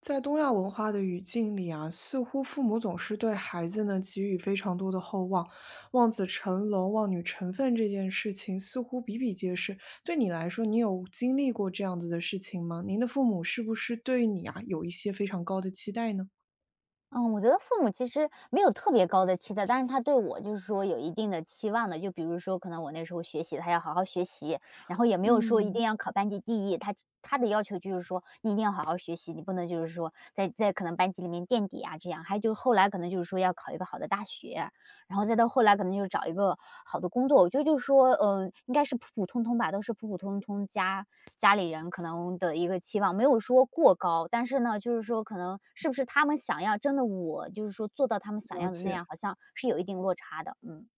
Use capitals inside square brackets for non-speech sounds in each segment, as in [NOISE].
在东亚文化的语境里啊，似乎父母总是对孩子呢给予非常多的厚望，望子成龙、望女成凤这件事情似乎比比皆是。对你来说，你有经历过这样子的事情吗？您的父母是不是对你啊有一些非常高的期待呢？嗯，我觉得父母其实没有特别高的期待，但是他对我就是说有一定的期望的。就比如说，可能我那时候学习，他要好好学习，然后也没有说一嗯。定要考班级第一。他的要求就是说，你一定要好好学习，你不能就是说在可能班级里面垫底啊这样。还有就是后来可能就是说要考一个好的大学，然后再到后来可能就是找一个好的工作。我觉得就是说，嗯、应该是普普通通吧，都是普普通通家里人可能的一个期望，没有说过高，但是呢，就是说可能是不是他们想要真的我就是说做到他们想了要的那解。样，好像是有一定落差的，嗯。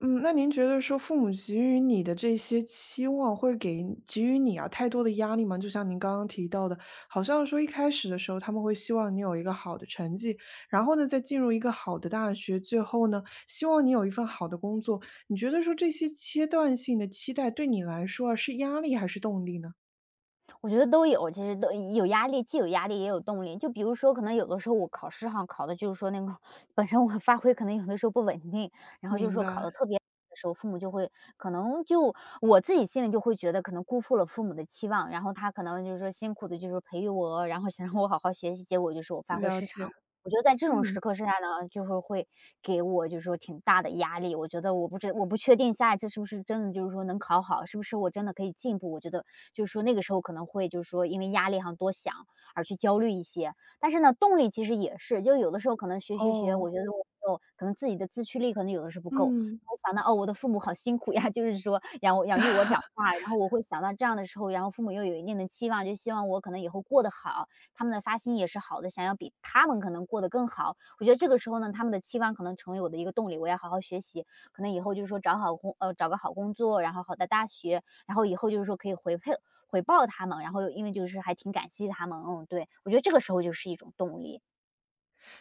嗯，那您觉得说父母给予你的这些期望，会给予你啊太多的压力吗？就像您刚刚提到的，好像说一开始的时候他们会希望你有一个好的成绩，然后呢再进入一个好的大学，最后呢希望你有一份好的工作。你觉得说这些阶段性的期待对你来说啊是压力还是动力呢？我觉得都有，其实都有压力，既有压力也有动力。就比如说，可能有的时候我考试哈，考的就是说那个本身我发挥可能有的时候不稳定，然后就是明说白，考的特别的时候，父母就会可能就我自己心里就会觉得可能辜负了父母的期望，然后他可能就是说辛苦的就是培育我，然后想让我好好学习，结果就是我发挥了失解，常。我觉得在这种嗯，时刻之下呢，就是会给我就是说挺大的压力。我觉得我不确定下一次是不是真的就是说能考好，是不是我真的可以进步。我觉得就是说那个时候可能会就是说因为压力上多想而去焦虑一些。但是呢，动力其实也是，就有的时候可能学，哦，我觉得我没有可能自己的自驱力可能有的是不够。嗯。我想到哦，我的父母好辛苦呀，[LAUGHS] 就是说养育我长大，然后我会想到这样的时候，然后父母又有一定的期望，就希望我可能以后过得好，他们的发心也是好的，想要比他们可能过得更好。我觉得这个时候呢，他们的期望可能成为我的一个动力，我要好好学习，可能以后就是说找个好工作，然后好的大学，然后以后就是说可以回报他们，然后因为就是还挺感激他们，嗯，对，我觉得这个时候就是一种动力，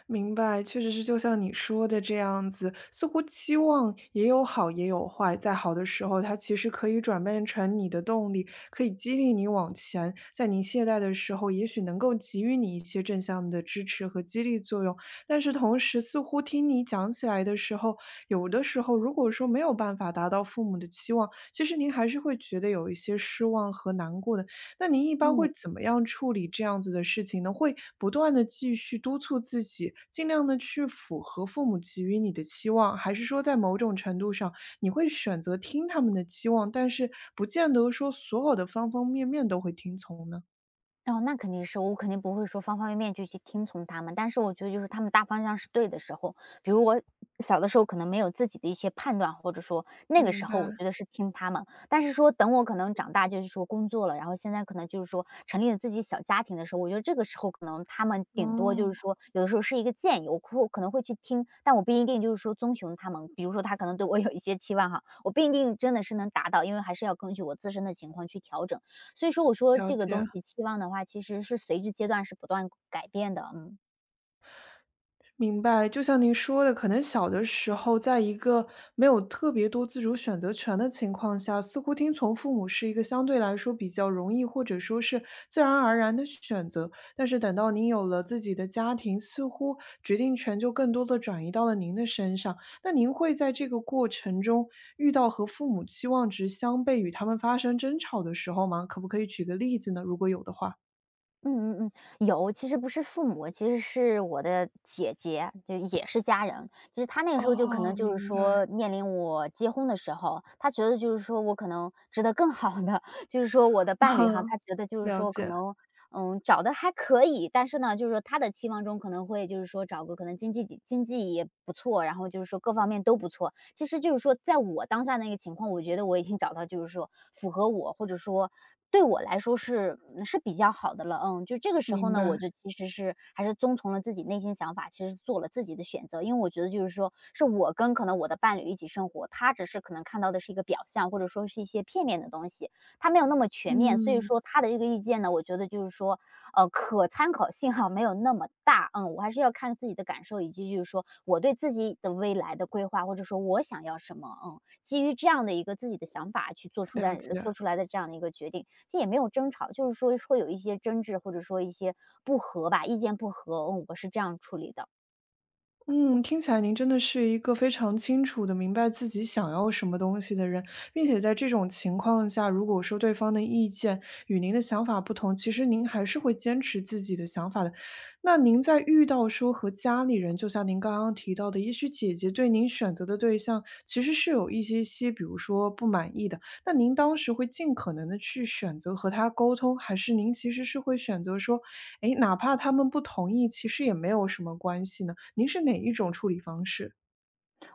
明白，确实是就像你说的这样子，似乎期望也有好也有坏，在好的时候，它其实可以转变成你的动力，可以激励你往前；在您懈怠的时候，也许能够给予你一些正向的支持和激励作用。但是同时，似乎听你讲起来的时候，有的时候如果说没有办法达到父母的期望，其实您还是会觉得有一些失望和难过的。那您一般嗯。会怎么样处理这样子的事情呢？会不断的继续督促自己，尽量的去符合父母给予你的期望，还是说在某种程度上，你会选择听他们的期望，但是不见得说所有的方方面面都会听从呢？哦，那肯定是，我肯定不会说方方面面就去听从他们，但是我觉得就是他们大方向是对的时候，比如我小的时候可能没有自己的一些判断，或者说那个明时候我白，觉得是听他们，但是说等我可能长大就是说工作了，然后现在可能就是说成立了自己小家庭的时候，我觉得这个时候可能他们顶多就哦，是说有的时候是一个建议，我可能会去听，但我不一定就是说遵循他们，比如说他可能对我有一些期望哈，我不一定真的是能达到，因为还是要根据我自身的情况去调整。所以说我说了这个解。东西期望的话，其实是随着阶段是不断改变的，嗯。明白，就像您说的，可能小的时候，在一个没有特别多自主选择权的情况下，似乎听从父母是一个相对来说比较容易，或者说是自然而然的选择。但是等到您有了自己的家庭，似乎决定权就更多的转移到了您的身上。那您会在这个过程中遇到和父母期望值相悖，与他们发生争吵的时候吗？可不可以举个例子呢？如果有的话。嗯嗯嗯，有，其实不是父母，其实是我的姐姐，就也是家人。其实她那个时候就可哦，能就是明白，说面临我结婚的时候，她觉得就是说我可能值得更好的，[LAUGHS] 就是说我的伴侣哈，她 [LAUGHS] 觉得就是了说可解，能找的还可以，但是呢，就是说她的期望中可能会就是说找个可能经济也不错，然后就是说各方面都不错，其实就是说，在我当下那个情况，我觉得我已经找到就是说符合我，或者说对我来说是是比较好的了。嗯，就这个时候明呢，我白。就其实是还是遵从了自己内心想法，其实做了自己的选择，因为我觉得就是说，是我跟可能我的伴侣一起生活，他只是可能看到的是一个表象，或者说是一些片面的东西，他没有那么全面，所以嗯，说他的这个意见呢，我觉得就是说可参考性哈没有那么大，嗯，我还是要看自己的感受，以及就是说我对自己的未来的规划，或者说我想要什么，嗯，基于这样的一个自己的想法去做出了的解。做出来的这样的一个决定，其实也没有争吵，就是说会有一些争执，或者说一些不和吧，意见不合，嗯，我是这样处理的。嗯，听起来您真的是一个非常清楚的明白自己想要什么东西的人，并且在这种情况下，如果说对方的意见与您的想法不同，其实您还是会坚持自己的想法的。那您在遇到说和家里人，就像您刚刚提到的，也许姐姐对您选择的对象其实是有一些些，比如说不满意的，那您当时会尽可能的去选择和他沟通，还是您其实是会选择说诶，哪怕他们不同意，其实也没有什么关系呢？您是哪一种处理方式？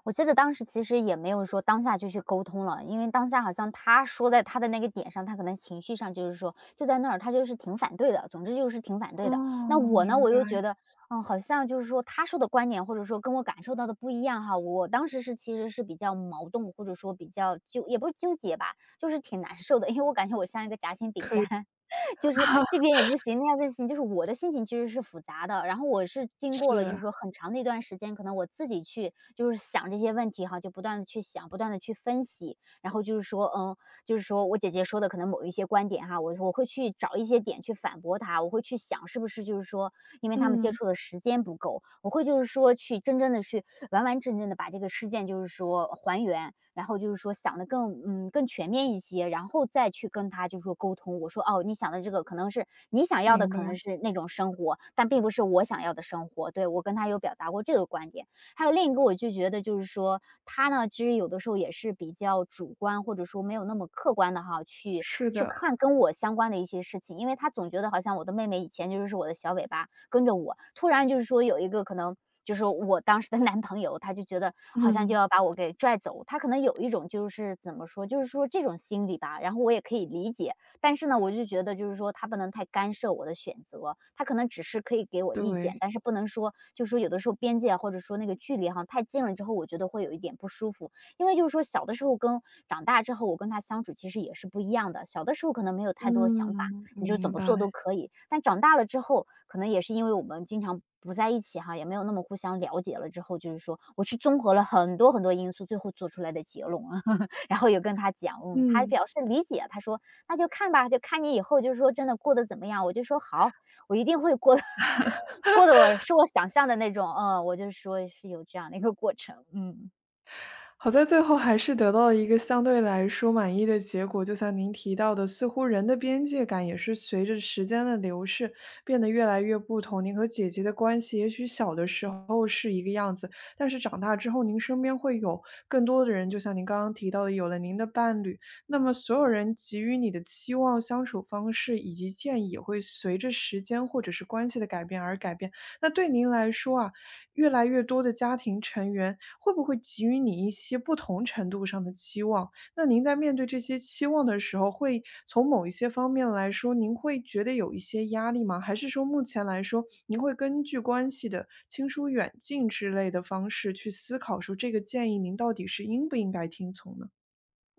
我记得当时其实也没有说当下就去沟通了，因为当下好像他说在他的那个点上，他可能情绪上就是说就在那儿，他就是挺反对的，总之就是挺反对的。那哦，我呢，明我又觉白，得，嗯，好像就是说他说的观点或者说跟我感受到的不一样哈。我当时是其实是比较矛盾，或者说比较纠，也不是纠结吧，就是挺难受的，因为我感觉我像一个夹心饼可以，干，就是这边 [LAUGHS] 也不行，那边不行，就是我的心情其实是复杂的。然后我是经过了就是，是说很长的一段时间，可能我自己去就是想这些问题哈，就不断的去想，不断的去分析，然后就是说，嗯，就是说我姐姐说的可能某一些观点哈，我会去找一些点去反驳她，我会去想是不是就是说，因为他们接嗯，触的时间不够，我会就是说去真正的去完完整整的把这个事件就是说还原，然后就是说想的更更全面一些，然后再去跟他就是说沟通，我说哦，你想的这个可能是你想要的明白，可能是那种生活，但并不是我想要的生活，对我跟他有表达过这个观点。还有另一个我就觉得就是说，他呢，其实有的时候也是比较主观，或者说没有那么客观的哈，去是去的，看跟我相关的一些事情。因为他总觉得好像我的妹妹以前就是我的小尾巴，跟着我，突然就是说有一个可能就是我当时的男朋友，他就觉得好像就嗯，要把我给拽走，他可能有一种就是怎么说，就是说这种心理吧，然后我也可以理解。但是呢，我就觉得就是说他不能太干涉我的选择，他可能只是可以给我意见，对，但是不能说就是说有的时候边界啊或者说那个距离哈太近了之后，我觉得会有一点不舒服。因为就是说小的时候跟长大之后，我跟他相处其实也是不一样的。小的时候可能没有太多想法，嗯，你就怎明么做白，都可以，但长大了之后，可能也是因为我们经常不在一起哈，也没有那么互相了解了之后，就是说我去综合了很多很多因素，最后做出来的结论啊。[LAUGHS] 然后也跟他讲，嗯，他嗯。表示理解，他说那就看吧，就看你以后就是说真的过得怎么样。我就说好，我一定会过得 [LAUGHS] 过得我是我想象的那种，嗯，我就说是有这样的一个过程，嗯。好在最后还是得到了一个相对来说满意的结果。就像您提到的，似乎人的边界感也是随着时间的流逝变得越来越不同。您和姐姐的关系，也许小的时候是一个样子，但是长大之后，您身边会有更多的人，就像您刚刚提到的，有了您的伴侣，那么所有人给予你的期望、相处方式以及建议，也会随着时间或者是关系的改变而改变。那对您来说啊，越来越多的家庭成员会不会给予你一些不同程度上的期望？那您在面对这些期望的时候，会从某一些方面来说，您会觉得有一些压力吗？还是说目前来说，您会根据关系的亲疏远近之类的方式去思考，说这个建议您到底是应不应该听从呢？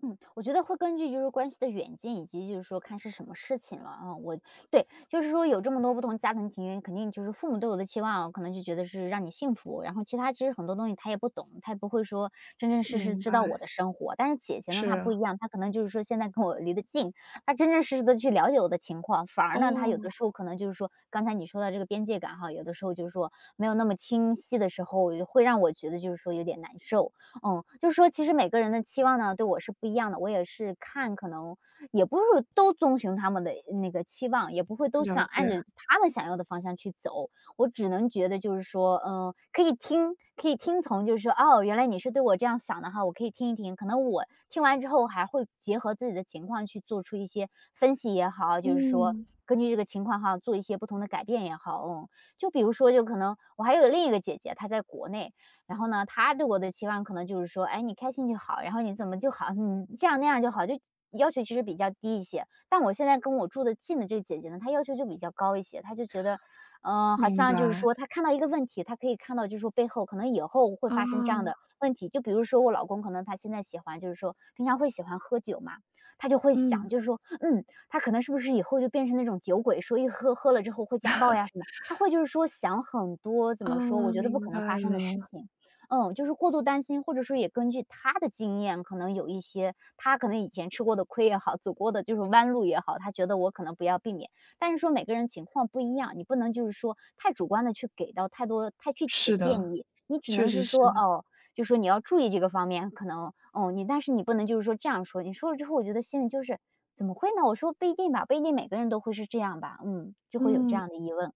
嗯，我觉得会根据就是关系的远近，以及就是说看是什么事情了啊。我对，就是说有这么多不同家庭庭院，肯定就是父母对我的期望，可能就觉得是让你幸福。然后其他其实很多东西他也不懂，他也不会说真真实实明知白，道我的生活。但是姐姐呢，她不是，一样，她可能就是说现在跟我离得近，她真真实实的去了解我的情况。反而呢，她有哦，的时候可能就是说刚才你说到这个边界感哈，有的时候就是说没有那么清晰的时候，会让我觉得就是说有点难受。嗯，就是说其实每个人的期望呢，对我是不一样的，我也是看可能也不是都遵循他们的那个期望，也不会都了想按解，着他们想要的方向去走。我只能觉得就是说，嗯，可以听，可以听从，就是说，哦，原来你是对我这样想的哈，我可以听一听。可能我听完之后还会结合自己的情况去做出一些分析也好，就是说嗯，根据这个情况哈，做一些不同的改变也好，嗯。就比如说，就可能我还有另一个姐姐，她在国内，然后呢，他对我的期望可能就是说，哎，你开心就好，然后你怎么就好，你这样那样就好，就要求其实比较低一些。但我现在跟我住的近的这个姐姐呢，她要求就比较高一些，她就觉得，嗯、好明像就是白，说，她看到一个问题，她可以看到就是说背后可能以后会啊，发生这样的问题。就比如说我老公可能他现在喜欢就是说平常会喜欢喝酒嘛，他就会想嗯，就是说，嗯，他可能是不是以后就变成那种酒鬼，说一喝喝了之后会家暴呀什么，他会就是说想很多怎啊，么说，我觉得不明可能发白生的事了，情。嗯，就是过度担心，或者说也根据他的经验，可能有一些他可能以前吃过的亏也好，走过的就是弯路也好，他觉得我可能不要避免。但是说每个人情况不一样，你不能就是说太主观的去给到太多太具体的是的，建议，你只确能实是是。说哦，就说你要注意这个方面，可能哦你，但是你不能就是说这样说，你说了之后，我觉得心里就是怎么会呢？我说不一定吧，不一定每个人都会是这样吧，嗯，就会有这嗯，样的疑问，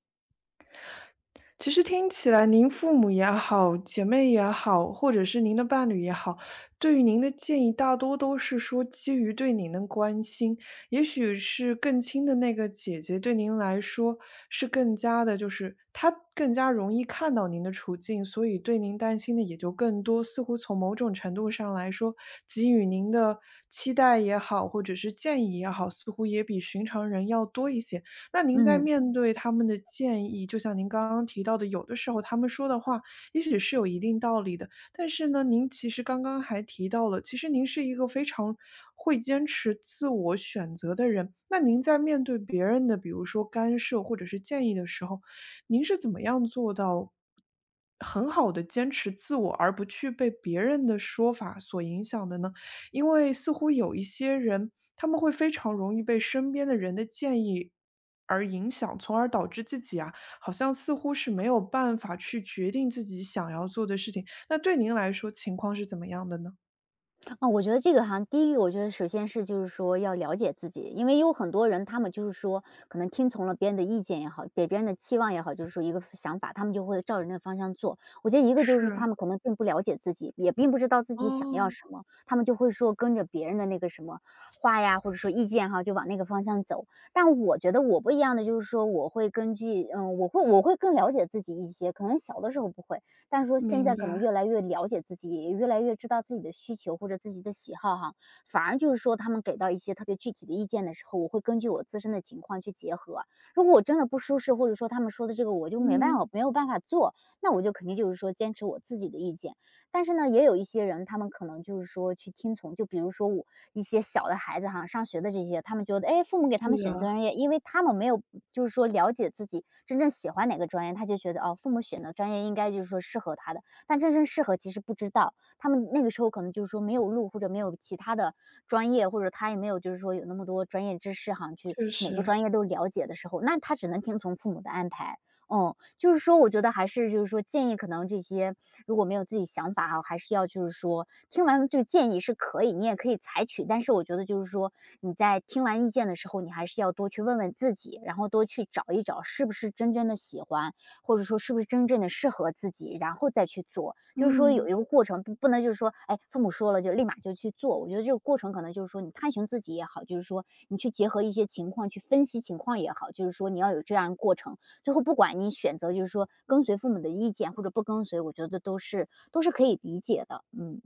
其实听起来您父母也好，姐妹也好，或者是您的伴侣也好，对于您的建议大多都是说基于对您的关心。也许是更亲的那个姐姐对您来说是更加的，就是她更加容易看到您的处境，所以对您担心的也就更多。似乎从某种程度上来说，给予您的期待也好，或者是建议也好，似乎也比寻常人要多一些。那您在嗯。面对他们的建议，就像您刚刚提到的，有的时候他们说的话也许是有一定道理的，但是呢，您其实刚刚还提到了，其实您是一个非常会坚持自我选择的人。那您在面对别人的，比如说干涉或者是建议的时候，您是怎么样做到很好的坚持自我，而不去被别人的说法所影响的呢？因为似乎有一些人，他们会非常容易被身边的人的建议而影响，从而导致自己啊，好像似乎是没有办法去决定自己想要做的事情。那对您来说，情况是怎么样的呢？啊，我觉得这个哈，第一个我觉得首先是就是说要了解自己，因为有很多人他们就是说可能听从了别人的意见也好，给别人的期望也好，就是说一个想法，他们就会照着那个方向做。我觉得一个就是是，他们可能并不了解自己，也并不知道自己想要哦，什么，他们就会说跟着别人的那个什么话呀，或者说意见哈，就往那个方向走。但我觉得我不一样的就是说，我会根据嗯，我会更了解自己一些，可能小的时候不会。但是说现明在可能白，越来越了解自己，也越来越知道自己的需求或者自己的喜好哈。反而就是说，他们给到一些特别具体的意见的时候，我会根据我自身的情况去结合。如果我真的不舒适，或者说他们说的这个我就没办嗯，法没有办法做，那我就肯定就是说坚持我自己的意见。但是呢，也有一些人，他们可能就是说去听从，就比如说我一些小的孩子哈，上学的这些，他们觉得，哎，父母给他是们选的，专业，因为他们没有就是说了解自己真正喜欢哪个专业，他就觉得哦，父母选的专业应该就是说适合他的，但真正适合其实不知道，他们那个时候可能就是说没有路，或者没有其他的专业，或者他也没有就是说有那么多专业知识哈，去确每个实，专业都了解的时候，那他只能听从父母的安排。嗯，就是说我觉得还是就是说建议可能这些如果没有自己想法啊，还是要就是说听完这个建议是可以，你也可以采取，但是我觉得就是说你在听完意见的时候，你还是要多去问问自己，然后多去找一找是不是真正的喜欢，或者说是不是真正的适合自己，然后再去做。就是说嗯。有一个过程，不能就是说，哎，父母说了就立马就去做。我觉得这个过程可能就是说你探寻自己也好，就是说你去结合一些情况去分析情况也好，就是说你要有这样的过程。最后不管你选择就是说跟随父母的意见或者不跟随，我觉得都是可以理解的，嗯。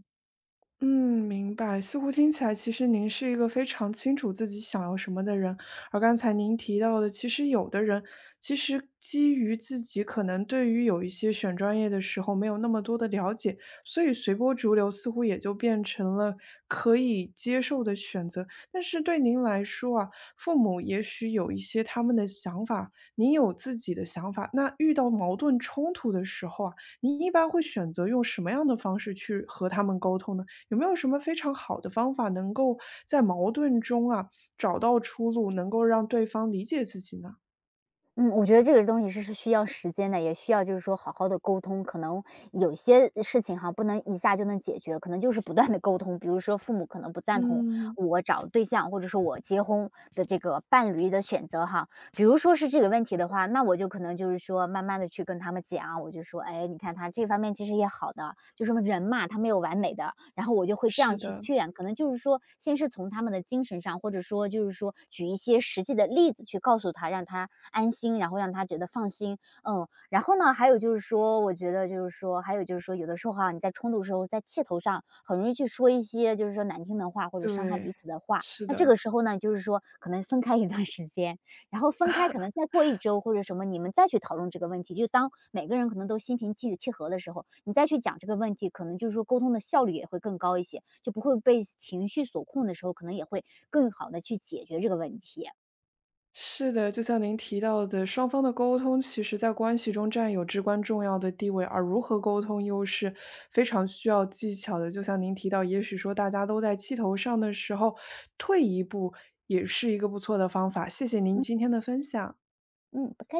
嗯，明白。似乎听起来，其实您是一个非常清楚自己想要什么的人。而刚才您提到的，其实有的人其实基于自己可能对于有一些选专业的时候没有那么多的了解，所以随波逐流，似乎也就变成了可以接受的选择。但是对您来说啊，父母也许有一些他们的想法，您有自己的想法。那遇到矛盾冲突的时候啊，您一般会选择用什么样的方式去和他们沟通呢？有没有什么非常好的方法，能够在矛盾中啊，找到出路，能够让对方理解自己呢？嗯，我觉得这个东西是需要时间的，也需要就是说好好的沟通。可能有些事情哈，不能一下就能解决，可能就是不断的沟通。比如说父母可能不赞同嗯，我找对象，或者说我结婚的这个伴侣的选择哈。比如说是这个问题的话，那我就可能就是说慢慢的去跟他们讲，我就说：“哎，你看他这方面其实也好的，就什么人嘛，他没有完美的。”然后我就会这是样去的，劝，可能就是说先是从他们的精神上，或者说就是说举一些实际的例子去告诉他，让他安心，然后让他觉得放心。嗯，然后呢，还有就是说，我觉得就是说，还有就是说，有的时候哈，你在冲突的时候，在气头上，很容易去说一些就是说难听的话，或者伤害对，彼此的话。是那的，这个时候呢，就是说可能分开一段时间，然后分开可能再过一周或者什么，你们再去讨论这个问题。就当每个人可能都心平气气和的时候，你再去讲这个问题，可能就是说沟通的效率也会更高一些，就不会被情绪所控的时候，可能也会更好的去解决这个问题。是的，就像您提到的，双方的沟通其实在关系中占有至关重要的地位，而如何沟通又是非常需要技巧的。就像您提到，也许说大家都在气头上的时候，退一步也是一个不错的方法。谢谢您今天的分享。嗯，不客气。